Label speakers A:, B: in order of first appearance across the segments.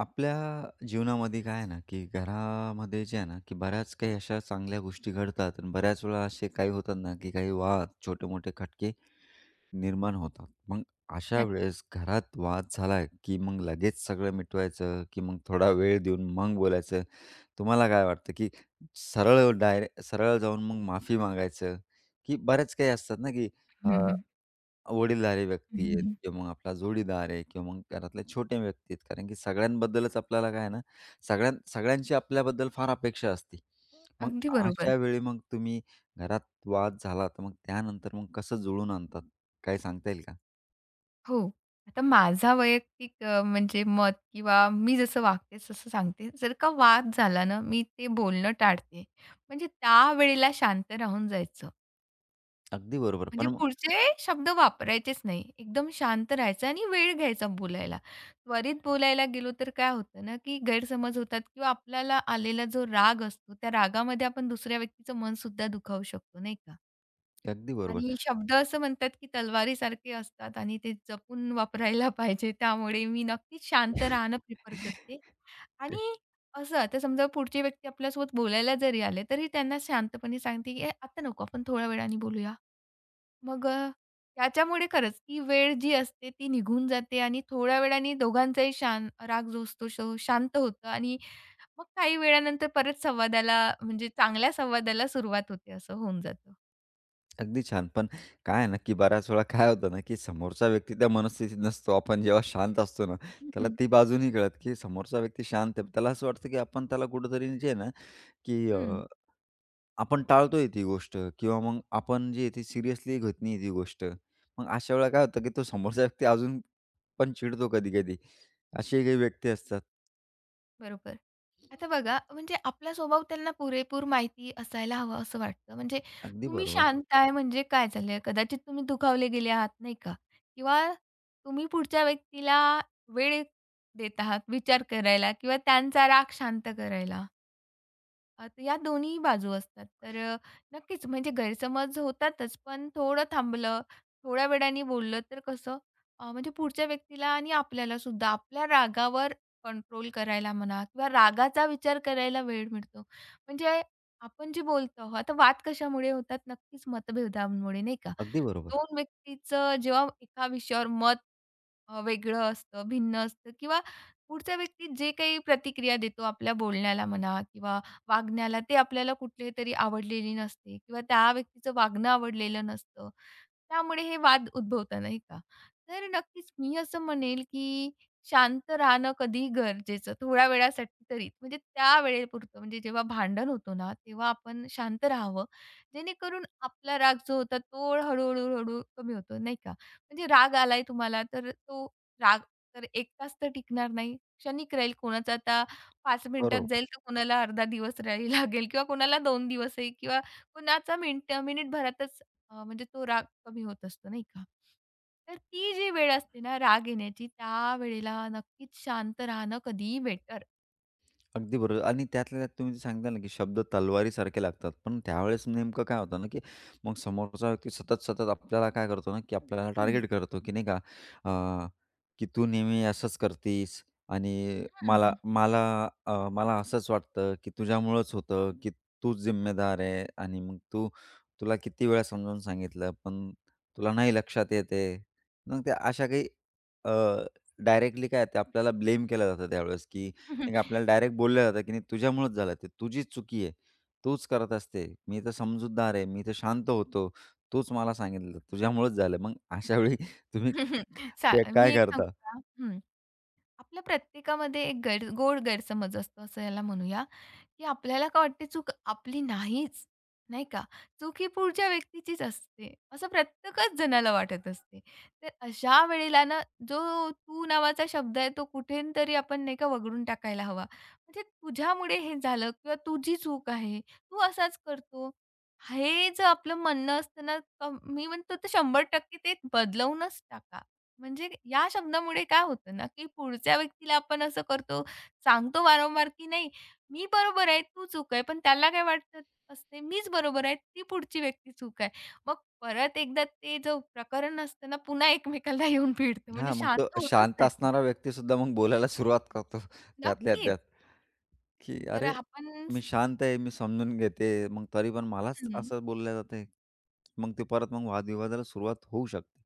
A: आपल्या जीवनामध्ये काय आहे ना, की घरामध्ये जे आहे ना, की बऱ्याच काही अशा चांगल्या गोष्टी घडतात आणि बऱ्याच वेळा असे काही होतात ना, की काही वाद, छोटे-मोठे खटके निर्माण होतात. मग अशा
B: नक्कीच.
A: वेळेस घरात वाद झाला, की मग लगेच सगळं मिटवायचं, की मग थोडा वेळ देऊन मग बोलायचं? तुम्हाला काय वाटतं, की सरळ जाऊन मग माफी मागायचं, की बऱ्याच काही असतात ना, की
B: हं, हं.
A: वडीलधारी व्यक्ती
B: हं,
A: आहेत
B: हं.
A: किंवा मग आपला जोडीदार आहे किंवा मग घरातल्या छोट्या व्यक्ती आहेत. कारण की सगळ्यांबद्दलच आपल्याला काय आहे ना, सगळ्यांची आपल्याबद्दल फार अपेक्षा असते. मग
B: अगदी
A: अशा
B: बरोबर.
A: वेळी मग तुम्ही घरात वाद झाला, तर मग त्यानंतर मग कसं जुळून आणतात? काय सांगता येईल का?
B: हो. आता माझा वैयक्तिक म्हणजे मत किंवा मी जसं वागते तसं सांगते. जर का वाद झाला ना, मी ते बोलणं टाळते. म्हणजे त्यावेळेला शांत राहून जायचं.
A: अगदी बरोबर. पण
B: म्हणजे
A: मग
B: पुढचे शब्द वापरायचेच नाही. एकदम शांत राहायचं आणि वेळ घ्यायचा बोलायला. त्वरित बोलायला गेलो तर काय होतं ना, की गैरसमज होतात किंवा आपल्याला आलेला जो राग असतो, त्या रागामध्ये आपण दुसऱ्या व्यक्तीचं मनसुद्धा दुखावू शकतो, नाही का?
A: अगदी बरोबर.
B: आणि शब्द असं म्हणतात, की तलवारीसारखे असतात आणि ते जपून वापरायला पाहिजे. त्यामुळे मी नक्कीच शांत राहणं प्रिफर करते आणि असं आता समजा पुढची व्यक्ती आपल्यासोबत बोलायला जरी आले, तरी त्यांना शांतपणे सांगते, की "ए आता नको, आपण थोड्या वेळाने बोलूया." मग अ, त्याच्यामुळे खरंच ती वेळ जी असते ती निघून जाते आणि थोड्या वेळाने दोघांचाही राग जो असतो तो शांत होतो आणि मग काही वेळानंतर परत संवादाला म्हणजे चांगल्या संवादाला सुरुवात होते, असं होऊन जातं.
A: अगदी छान. पण काय आहे ना, की बऱ्याच वेळा काय होतं ना, की समोरचा व्यक्ती त्या मनस्थितीत नसतो. आपण जेव्हा शांत असतो ना,
B: हं,
A: त्याला
B: हं.
A: ती बाजू नाही कळत, की समोरचा व्यक्ती शांत आहे. त्याला असं वाटतं, की आपण त्याला कुठेतरी जे आहे ना, की
B: हं.
A: आपण टाळतोय ती गोष्ट किंवा मग आपण जी आहे ती सिरियसली घेत नाही ती गोष्ट. मग अशा वेळेला काय होतं की तो समोरचा व्यक्ती अजून पण चिडतो कधी-कधी. असेही काही व्यक्ती असतात.
B: बरोबर. आता बघा, म्हणजे आपला स्वभाव त्यांना पुरेपूर माहिती असायला हवा असं वाटतं. म्हणजे
A: अगदी
B: तुम्ही
A: बरोबर.
B: शांत आहे म्हणजे काय झालं? कदाचित तुम्ही दुखावले गेले आहात, नाही का? किंवा तुम्ही पुढच्या व्यक्तीला वेळ देत आहात विचार करायला किंवा त्यांचा राग शांत करायला. तर या दोन्ही बाजू असतात. नक्कीच म्हणजे गैरसमज होतातच, पण थोडं थांबलं, थोड्या वेळाने बोललं तर कसं म्हणजे पुढच्या व्यक्तीला आणि आपल्यालासुद्धा आपल्या रागावर कंट्रोल करायला म्हणा किंवा रागाचा विचार करायला वेळ मिळतो. म्हणजे आपण जे बोलतो आहोत, आता वाद कशामुळे होतात? नक्कीच मतभेदांमुळे, नाही का?
A: अगदी बरोबर.
B: 2 व्यक्तीचं जेव्हा एका विषयावर मत वेगळं असतं, भिन्न असतं किंवा पुढचा व्यक्ती जे काही प्रतिक्रिया देतो आपल्या बोलण्याला म्हणा किंवा वागण्याला ते आपल्याला कुठलीतरी आवडलेली नसते किंवा त्या व्यक्तीचं वागणं आवडलेलं नसतं. त्यामुळे हे वाद उद्भवतात नाही का. तर नक्कीच मी असं म्हणेल, की शांत राहणं कधीही गरजेचं थोड्या वेळासाठी तरी. म्हणजे त्या वेळेपुरतं म्हणजे जेव्हा भांडण होतो ना, तेव्हा आपण शांत राहावं. जेणेकरून आपला राग जो होता तो हळू-हळू कमी होतो नाही का. म्हणजे राग आलाय तुम्हाला तर तो राग तर 1 तास तर टिकणार नाही. क्षणिक राहील कोणाचा आता 5 मिनिटात
A: बरोबर.
B: जाईल तर कुणाला अर्धा दिवस राही लागेल किंवा कुणाला 2 दिवसही किंवा कुणाचा मिनिटभरातच म्हणजे तो राग कमी होत असतो, नाही का? तर ती जी वेळ असते ना राग येण्याची, त्या वेळेला नक्कीच शांत राहणं कधीही बेटर.
A: अगदी बरोबर आणि त्यातल्या त्यात तुम्ही जे सांगता ना, की शब्द तलवारीसारखे लागतात. पण त्यावेळेस नेमकं काय होतं ना, की मग समोरचा व्यक्ती सतत, सतत आपल्याला काय करतो ना, की आपल्याला
B: हं,
A: टार्गेट करतो, की नाही का अ, की "तू नेहमी असंच करतीस आणि मला
B: हं.
A: मला मला असंच वाटतं, की तुझ्यामुळंच होतं, की तूच जिम्मेदार आहे आणि मग तू तुला किती वेळा समजावून सांगितलं, पण तुला नाही लक्षात येत मग त्या अशा काही डायरेक्टली काय ते आपल्याला ब्लेम केलं जातं त्यावेळेस, की मग आपल्याला डायरेक्ट बोललं जातं, की "नाही तुझ्यामुळेच झालं ते. तुझीच चुकी आहे. तूच करत असते. मी तर समजूतदार आहे. मी तर शांत होतो. तूच मला सांगितलं. तुझ्यामुळेच झालं." मग अशा वेळी तुम्ही ते काय
B: मी एक सांगू
A: करता?
B: का? हं. आपल्या प्रत्येकामध्ये एक गोड गैरसमज असतो असं याला म्हणूया. की आपल्याला का वाटते चूक आपली नाहीच, नाही का? चूक ही पुढच्या व्यक्तीचीच असते, असं प्रत्येकच जणाला वाटत असते. तर अशा वेळेला ना, जो "तू" नावाचा शब्द आहे, तो कुठून तरी आपण नाही का वगळून टाकायला हवा. म्हणजे तुझ्यामुळे हे झालं किंवा तुझी चूक आहे, तू असाच करतो. हे जर आपलं म्हणणं असतं ना, मी म्हणतो तर 100% ते बदलवूनच टाका. म्हणजे या शब्दामुळे काय होतं ना, की पुढच्या व्यक्तीला आपण असं करतो, सांगतो वारंवार की नाही मी बरोबर आहे, तू चूक आहे. पण त्याला काय वाटत असते, मीच बरोबर आहे, ती पुढची व्यक्ती चूक आहे. मग परत एकदा ते जो प्रकरण असतं ना, पुन्हा एकमेकाला येऊन भिडतं. म्हणजे
A: हां, मग तो
B: शांत होतच
A: शांत
B: नाही ते.
A: असणारा व्यक्तीसुद्धा मग बोलायला सुरुवात करतो त्यातल्या
B: नक्कीच.
A: त्यात, की
B: तर
A: "अरे,
B: आपण
A: मी शांत आहे. मी समजून घेते. मग तरी पण मलाच
B: हं.
A: असं बोललं जातंय." मग ते परत मग वादविवादाला सुरुवात होऊ शकते.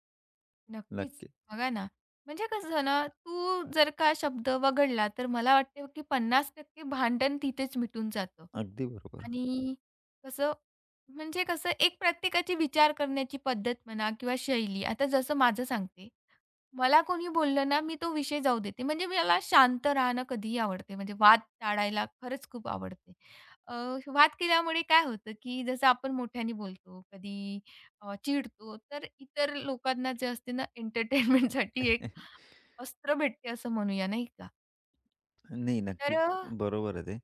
B: नक्कीच.
A: नक्की.
B: बघा ना, म्हणजे कसं झालं ना, तू जर का शब्द वगळला, तर मला वाटतं की 50% भांडण तिथेच मिटून जातं.
A: अगदी बरोबर.
B: आणि कसं म्हणजे कसं एक प्रत्येकाची विचार करण्याची पद्धत म्हणा किंवा शैली. आता जसं माझं सांगते, मला कोणी बोललं ना, मी तो विषय जाऊ देते. म्हणजे मला शांत राहणं कधीही आवडते. म्हणजे वाद टाळायला खरंच खूप आवडते. अ, वाद केल्यामुळे काय होतं, की जसं आपण मोठ्याने बोलतो, कधी चिडतो, तर इतर लोकांना जे असते ना एंटरटेनमेंटसाठी एक अस्त्र भेटते असं म्हणूया, नाही का?
A: नाही,
B: तर
A: नक्कीच
B: अ,
A: बरोबर आहे ते.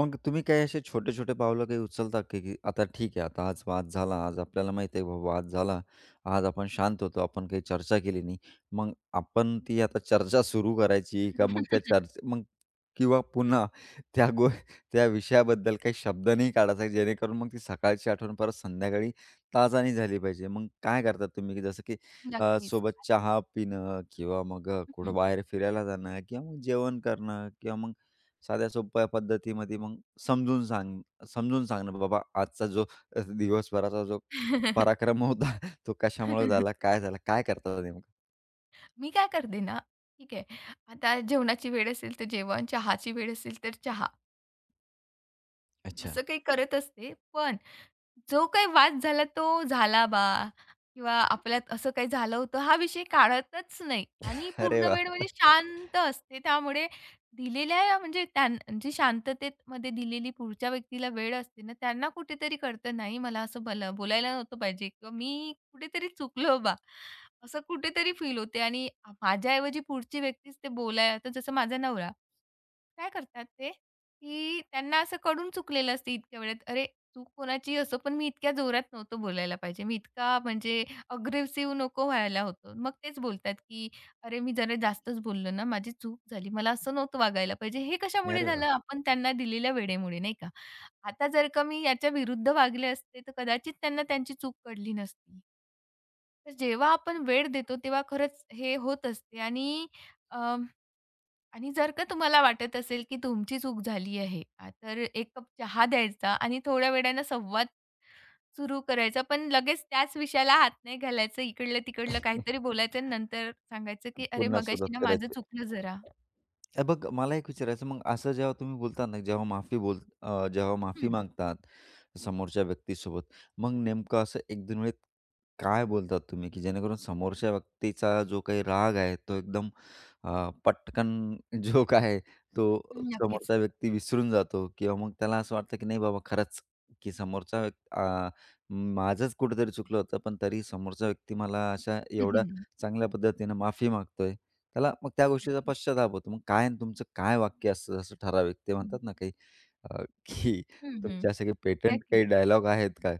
A: मग तुम्ही काही असे छोटे-छोटे पावलं काही उचलता की की आता ठीक आहे, आता आज वाद झाला, आज आपल्याला माहिती आहे बाबा वाद झाला, आज आपण शांत होतो, आपण काही चर्चा केली नाही. मग आपण ती आता चर्चा सुरू करायची का मग त्या चर्चे मग किंवा पुन्हा त्या गो त्या विषयाबद्दल काही शब्द नाही काढायचा जेणेकरून मग ती सकाळची आठवण परत संध्याकाळी ताजानी झाली पाहिजे. मग काय करतात तुम्ही की जसं की
B: नक्कीच.
A: सोबत चहा पिणं किंवा मग कुठं
B: हं.
A: बाहेर फिरायला जाणं किंवा मग जेवण करणं किंवा मग साध्या सोप्या पद्धतीमध्ये मग समजून सांग समजून सांगणं बाबा आजचा जो दिवसभराचा जो पराक्रम होता तो कशामुळे झाला, काय झाला, काय करता नेमकं?
B: मी काय करते ना, ठीक आहे, आता जेवणाची वेळ असेल तर जेवण, चहाची वेळ असेल तर चहा.
A: अच्छा.
B: असं काही करत असते. पण जो काही वाद झाला तो झाला किंवा आपल्यात असं काही झालं होतं हा विषय काढतच नाही आणि
A: अरे
B: पूर्ण वेळ
A: वाह!
B: म्हणजे शांत असते. त्यामुळे दिलेल्या म्हणजे त्यां जी शांततेमध्ये दिलेली पुढच्या व्यक्तीला वेळ असते ना, त्यांना कुठेतरी कळतं नाही मला असं बोलायला नव्हतं पाहिजे किंवा मी कुठेतरी चुकलो बा. असं कुठेतरी फील होते आणि माझ्याऐवजी पुढची व्यक्तीच ते बोलायला तर जसं माझा नवरा काय करतात ते, की त्यांना असं कळून चुकलेलं असते इतक्या वेळेत. अरे, चूक कोणाची असो, पण मी इतक्या जोरात नव्हतो बोलायला पाहिजे. मी इतका म्हणजे अग्रेसिव्ह नको व्हायला होतो. मग तेच बोलतात, की "अरे, मी जरा जास्तच बोललो ना, माझी चूक झाली. मला असं नव्हतं वागायला पाहिजे." हे कशामुळे
A: अरे वाह!
B: झालं? आपण त्यांना दिलेल्या वेळेमुळे, नाही का? आता जर का मी याच्या विरुद्ध वागले असते, तर कदाचित त्यांना त्यांची चूक कळली नसती. तर जेव्हा आपण वेळ देतो, तेव्हा खरंच हे होत असते आणि आणि जर का तुम्हाला वाटत असेल, की तुमची चूक झाली आहे, तर एक कप चहा द्यायचा आणि थोड्या वेळानं संवाद सुरू करायचा. पण लगेच त्याच विषयाला हात नाही घालायचं. इकडलं-तिकडलं काहीतरी बोलायचं आणि नंतर सांगायचं, की "अरे,
A: पुन्हा
B: मगाशी
A: सुरुवात
B: ना माझं
A: करायची.
B: चुकलं जरा."
A: हे बघ मला एक विचारायचं मग असं जेव्हा तुम्ही बोलता ना, जेव्हा माफी
B: हं,
A: मागतात समोरच्या व्यक्तीसोबत, मग नेमकं असं 1-2 वेळेत काय बोलतात तुम्ही, की जेणेकरून समोरच्या व्यक्तीचा जो काही राग आहे तो एकदम पटकन जो काय आहे तो
B: नक्कीच.
A: समोरचा व्यक्ती विसरून जातो किंवा मग त्याला असं वाटतं, की नाही बाबा खरंच, की समोरचा व्यक्ती माझंच कुठेतरी चुकलं होतं, पण तरी समोरचा व्यक्ती मला अशा एवढ्या चांगल्या पद्धतीनं माफी मागतोय. त्याला मग त्या गोष्टीचा
B: नक्कीच.
A: पश्चाताप होतो. मग काय अन् तुमचं काय वाक्य असतं असं ठराविक? ते
B: हं.
A: म्हणतात ना काही की
B: हं, हं.
A: तुमचे असे काही पेटंट
B: नक्कीच.
A: काही डायलॉग आहेत का?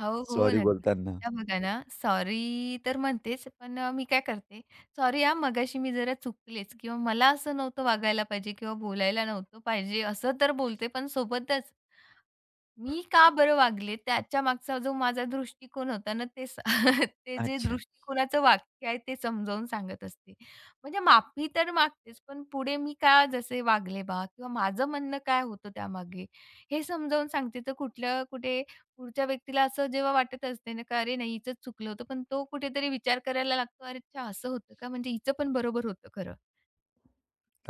B: हो, हो.
A: सॉरी
B: नक्की.
A: बोलताना?
B: आता बघा ना, सॉरी तर म्हणतेच, मी काय करते, "सॉरी हां, मगाशी मी जरा चुकलेच" किंवा "मला असं नव्हतं वागायला पाहिजे किंवा बोलायला नव्हतं पाहिजे" असं तर बोलते, पण सोबतच मी का बरं वागले? त्याच्या मागचा जो माझा दृष्टिकोन होता ना, ते स ते जे
A: अच्छा.
B: दृष्टिकोनाचं वाक्य आहे ते समजावून सांगत असते. म्हणजे माफी तर मागतेच, पण पुढे मी का जसे वागले बा किंवा माझं म्हणणं काय होतं त्यामागे, हे समजावून सांगते. तर कुठलं कुठे पुढच्या व्यक्तीला असं जेव्हा वाटत असते ना, का "अरे नाही, हिचंच चुकलं होतं." पण तो कुठेतरी विचार करायला लागतो, "अरे अच्छा असं होतं का? म्हणजे हिचं पण बरोबर होतं खरं."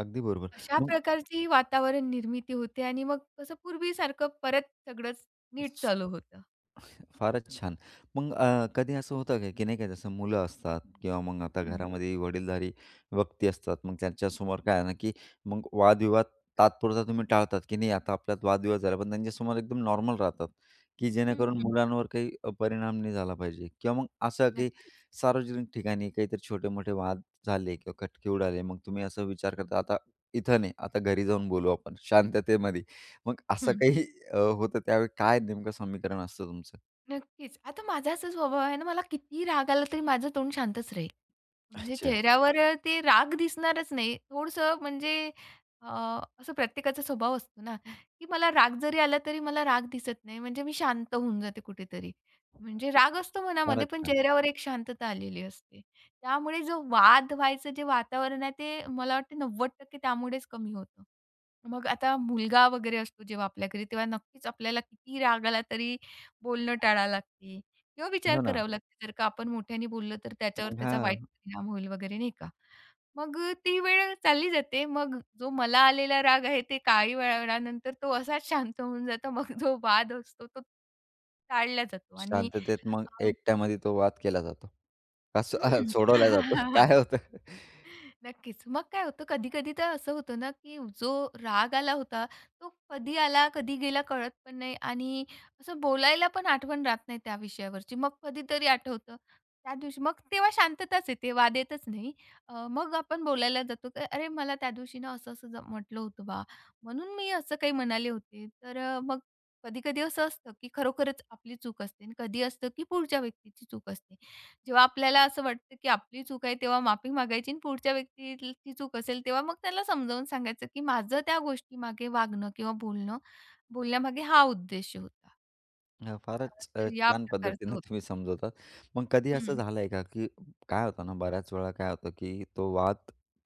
A: अगदी बरोबर.
B: अशा
A: मग
B: प्रकारची वातावरण निर्मिती होते आणि मग कसं पूर्वीसारखं परत सगळंच नीट चालू होतं.
A: फारच छान. मग कधी असं होतं का, की नाही का जसं मुलं असतात किंवा मग आता
B: हं.
A: घरामध्ये वडीलधारी व्यक्ती असतात. मग त्यांच्यासमोर काय आहे ना, की मग वादविवाद तात्पुरता तुम्ही टाळतात, की नाही आता आपल्यात वादविवाद झाला, पण त्यांच्यासमोर एकदम नॉर्मल राहतात, की
B: हं,
A: जेणेकरून
B: हं.
A: मुलांवर काही परिणाम नाही झाला पाहिजे किंवा मग असं काही
B: नक्कीच.
A: सार्वजनिक ठिकाणी काहीतरी छोटे-मोठे वाद झाले किंवा खटके उडाले. मग तुम्ही असा विचार करता, आता इथं नाही, आता घरी जाऊन बोलू आपण शांततेमध्ये. मग असं
B: हं.
A: काही होतं त्यावेळी काय नेमकं समीकरण असतं तुमचं?
B: नक्कीच. आता माझा असा स्वभाव आहे ना, मला कितीही राग आला तरी माझं तोंड शांतच राहील. म्हणजे
A: अच्छा.
B: चेहऱ्यावर ते राग दिसणारच नाही. अ, असं प्रत्येकाचा स्वभाव असतो ना, की मला राग जरी आला तरी मला राग दिसत नाही. म्हणजे मी शांत होऊन जाते कुठेतरी. म्हणजे राग असतो मनामध्ये
A: फारच
B: पण
A: छान.
B: चेहऱ्यावर एक शांतता आलेली असते. त्यामुळे जो वाद व्हायचं जे वातावरण आहे ते मला वाटतं 90% त्यामुळेच कमी होतं. मग आता मुलगा वगैरे असतो जेव्हा आपल्या तेव्हा नक्कीच आपल्याला किती राग आला तरी बोलणं टाळावं लागते. किंवा विचार
A: हो ना.
B: करावा लागतो, जर का आपण मोठ्याने बोललं तर त्याच्यावर
A: मग
B: त्याचा वाईट
A: हां.
B: परिणाम होईल वगैरे नाही का. मग ती वेळ चालली जाते. मग जो मला आलेला राग आहे ते काही वेळानंतर तो असाच शांत होऊन जातो. मग जो वाद असतो तो टाळला जातो आणि
A: शांततेत मग
B: अ,
A: एकट्यामध्ये तो वाद केला जातो. का सो अ,
B: हं.
A: सोडवला जातो. काय होतं
B: नक्कीच. मग काय होतं कधी-कधी तर असं होतं ना, की जो राग आला होता, तो कधी आला, कधी गेला कळत पण नाही आणि असं बोलायला पण आठवण राहत नाही त्या विषयावरची. मग कधीतरी आठवतं. त्या दिवशी मग तेव्हा शांतताच येते, वाद येतच नाही. मग आपण बोलायला जातो, की "अरे, मला त्या दिवशी ना असं-असं म्हटलं होतं बा, म्हणून मी असं काही म्हणाले होते." मग कधी-कधी असं असतं, की खरोखरच आपली चूक असते आणि कधी असतं, की पुढच्या व्यक्तीची चूक असते. जेव्हा आपल्याला असं वाटतं, की आपली चूक आहे, तेव्हा माफी मागायची आणि पुढच्या व्यक्तीची चूक असेल, तेव्हा मग त्याला समजावून सांगायचं, की माझं त्या गोष्टीमागे वागणं किंवा बोलण्यामागे हा उद्देश होता.
A: हां, फारच
B: तर या
A: छान
B: प्रकारचं
A: पद्धतीनं
B: होतं.
A: तुम्ही समजवतात. मग कधी असं
B: हं,
A: झालंय का, की काय होतं ना, बऱ्याच वेळा काय होतं, की तो वाद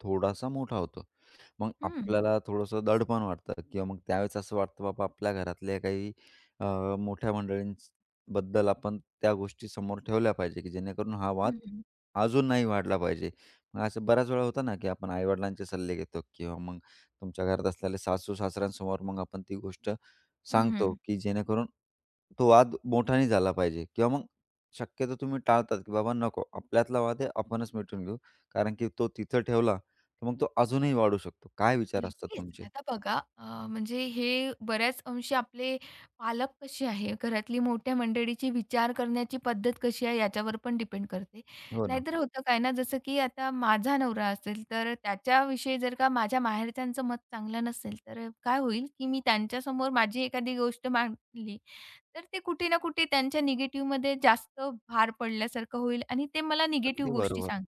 A: थोडासा मोठा होतो. मग
B: हं,
A: आपल्याला थोडंसं दडपण वाटतं किंवा मग त्यावेळेस असं वाटतं, बाबा आपल्या घरातल्या काही अ, मोठ्या मंडळींबद्दल आपण त्या गोष्टी समोर ठेवल्या पाहिजे, की जेणेकरून हा वाद
B: हं, हं,
A: अजून नाही वाढला पाहिजे. मग असं बऱ्याच वेळा होतं ना, की आपण आई सल्ले घेतो किंवा मग तुमच्या घरात असलेल्या सासू-सासऱ्यांसमोर मग आपण ती गोष्ट
B: हं,
A: सांगतो, की जेणेकरून तो वाद मोठा नाही झाला पाहिजे किंवा मग शक्यतो तुम्ही टाळतात, की बाबा नको आपल्यातला वाद आहे आपणच मिटवून घेऊ. कारण की तो तिथं ठेवला, तर मग तो अजूनही वाढू शकतो. काय विचार असतात
B: नक्कीच.
A: तुमचे?
B: आता बघा, म्हणजे हे बऱ्याच अंशी आपले पालक कसे आहे, घरातली मोठ्या मंडळीची विचार करण्याची पद्धत कशी आहे याच्यावर पण डिपेंड करते.
A: हो ना.
B: नाहीतर होतं काय ना, जसं की आता माझा नवरा असेल, तर त्याच्याविषयी जर का माझ्या माहेरच्यांचं मत चांगलं नसेल, तर काय होईल, की मी त्यांच्यासमोर माझी एखादी गोष्ट मांडली, तर ते कुठे ना कुठे त्यांच्या निगेटिव्हमध्ये जास्त भार पडल्यासारखं होईल आणि ते मला
A: अगदी
B: निगेटिव्ह गोष्टी
A: बरोबर.
B: सांगतील.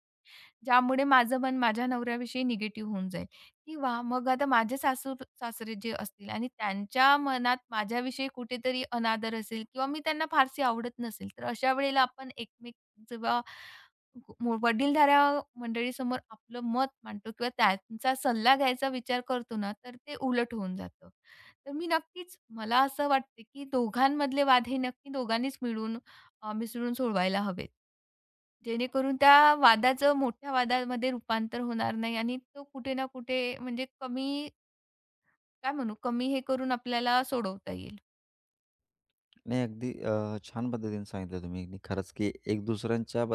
B: ज्यामुळे माझं मन माझ्या नवऱ्याविषयी निगेटिव्ह होऊन जाईल किंवा मग आता माझे सासू-सासरे जे असतील आणि त्यांच्या मनात माझ्याविषयी कुठेतरी अनादर असेल किंवा मी त्यांना फारशी आवडत नसेल, तर अशा वेळेला आपण एकमेक जेव्हा मो वडीलधाऱ्या मंडळीसमोर आपलं मत मांडतो किंवा त्यांचा सल्ला घ्यायचा विचार करतो ना, तर ते उलट होऊन जातं. तर मी नक्कीच मला असं वाटतं, की दोघांमधले वाद हे नक्की दोघांनीच मिळून मिसळून सोडवायला हवेत. जेणेकरून त्या वादाचं मोठ्या वादामध्ये रूपांतर होणार नाही आणि तो कुठे ना कुठे म्हणजे कमी काय म्हणू कमी हे करून आपल्याला सोडवता येईल.
A: नाही अगदी छान पद्धतीने सांगितलं तुम्ही. आणि खरंच, की एक दुसऱ्यांच्या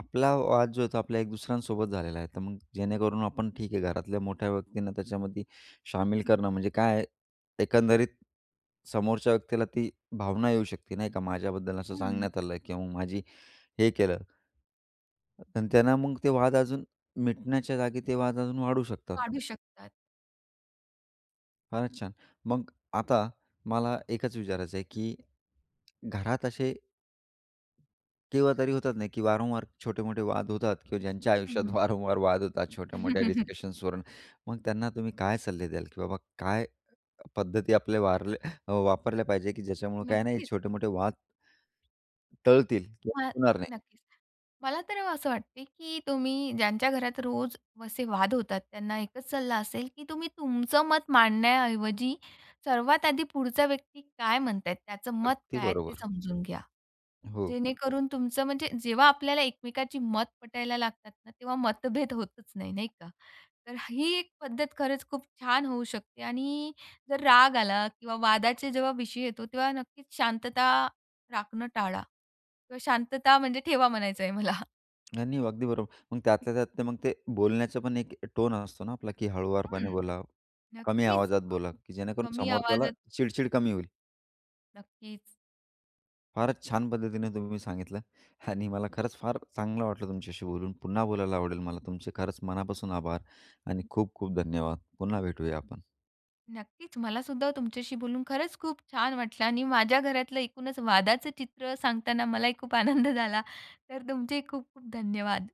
A: आपला वाद जो आहे तो आपल्या एक दुसऱ्यांसोबत झालेला आहे. तर मग जेणेकरून आपण ठीक आहे घरातल्या मोठ्या व्यक्तींना त्याच्यामध्ये शामील करणं म्हणजे काय आहे, एकंदरीत समोरच्या व्यक्तीला ती भावना येऊ शकते नाही का, माझ्याबद्दल असं
B: हं.
A: सांगण्यात आलं किंवा मग माझी हे केलं. आणि त्यांना मग ते वाद अजून मिटण्याच्या जागी ते वाद अजून वाढू शकतात.
B: काढू शकतात.
A: फारच छान. मग आता मला एकच विचारायचं आहे, की घरात असे किंवा तरी होतात नाही, की वारंवार छोटे-मोठे वाद होतात किंवा ज्यांच्या आयुष्यात
B: हं.
A: वारंवार वाद होतात छोट्या-मोठ्या डिस्कशन्सवरून. मग त्यांना तुम्ही काय सल्ले द्याल, की बाबा काय पद्धती वापरल्या पाहिजे, की ज्याच्यामुळे काय नाही
B: नक्कीच.
A: छोटे-मोठे वाद टळतील किंवा
B: हां,
A: होणार नाही.
B: नक्कीच. मला तर असं वाटते, की तुम्ही ज्यांच्या घरात रोज असे वाद होतात त्यांना एकच सल्ला असेल, की तुम्ही तुमचं मत मांडण्याऐवजी सर्वात आधी पुढचा व्यक्ती काय म्हणतायत त्याचं मत
A: अगदी
B: काय आहे ते
A: बरोबर.
B: समजून घ्या.
A: हो.
B: जेणेकरून तुमचं म्हणजे जेव्हा आपल्याला एकमेकाची मत पटायला लागतात ना, तेव्हा मतभेद होतच नाही, नाही का? तर ही एक पद्धत खरंच खूप छान होऊ शकते आणि जर राग आला किंवा वादाचे जेव्हा विषय येतो, तेव्हा नक्कीच शांतता राखणं टाळा किंवा शांतता म्हणजे ठेवा म्हणायचं आहे मला.
A: नाही, नाही अगदी बरोबर. मग त्यातल्या त्यात ते मग ते बोलण्याचा पण एक टोन असतो ना आपला, की हळुवारपणे
B: हं.
A: बोला, कमी
B: नक्कीच.
A: आवाजात बोला, की जेणेकरून
B: कमी
A: समोरच्याला
B: आवाजात
A: चिडचिड कमी होईल.
B: नक्कीच.
A: फारच छान पद्धतीने तुम्ही सांगितलं आणि मला खरंच फार चांगलं वाटलं तुमच्याशी बोलून. पुन्हा बोलायला आवडेल मला. तुमचे खरंच मनापासून आभार आणि खूप खूप धन्यवाद. पुन्हा भेटूया आपण.
B: नक्कीच. मला सुद्धा तुमच्याशी बोलून खरंच खूप छान वाटलं आणि माझ्या घरातलं एकूणच वादाचं चित्र सांगताना मलाही खूप आनंद झाला. तर तुमचे खूप खूप धन्यवाद.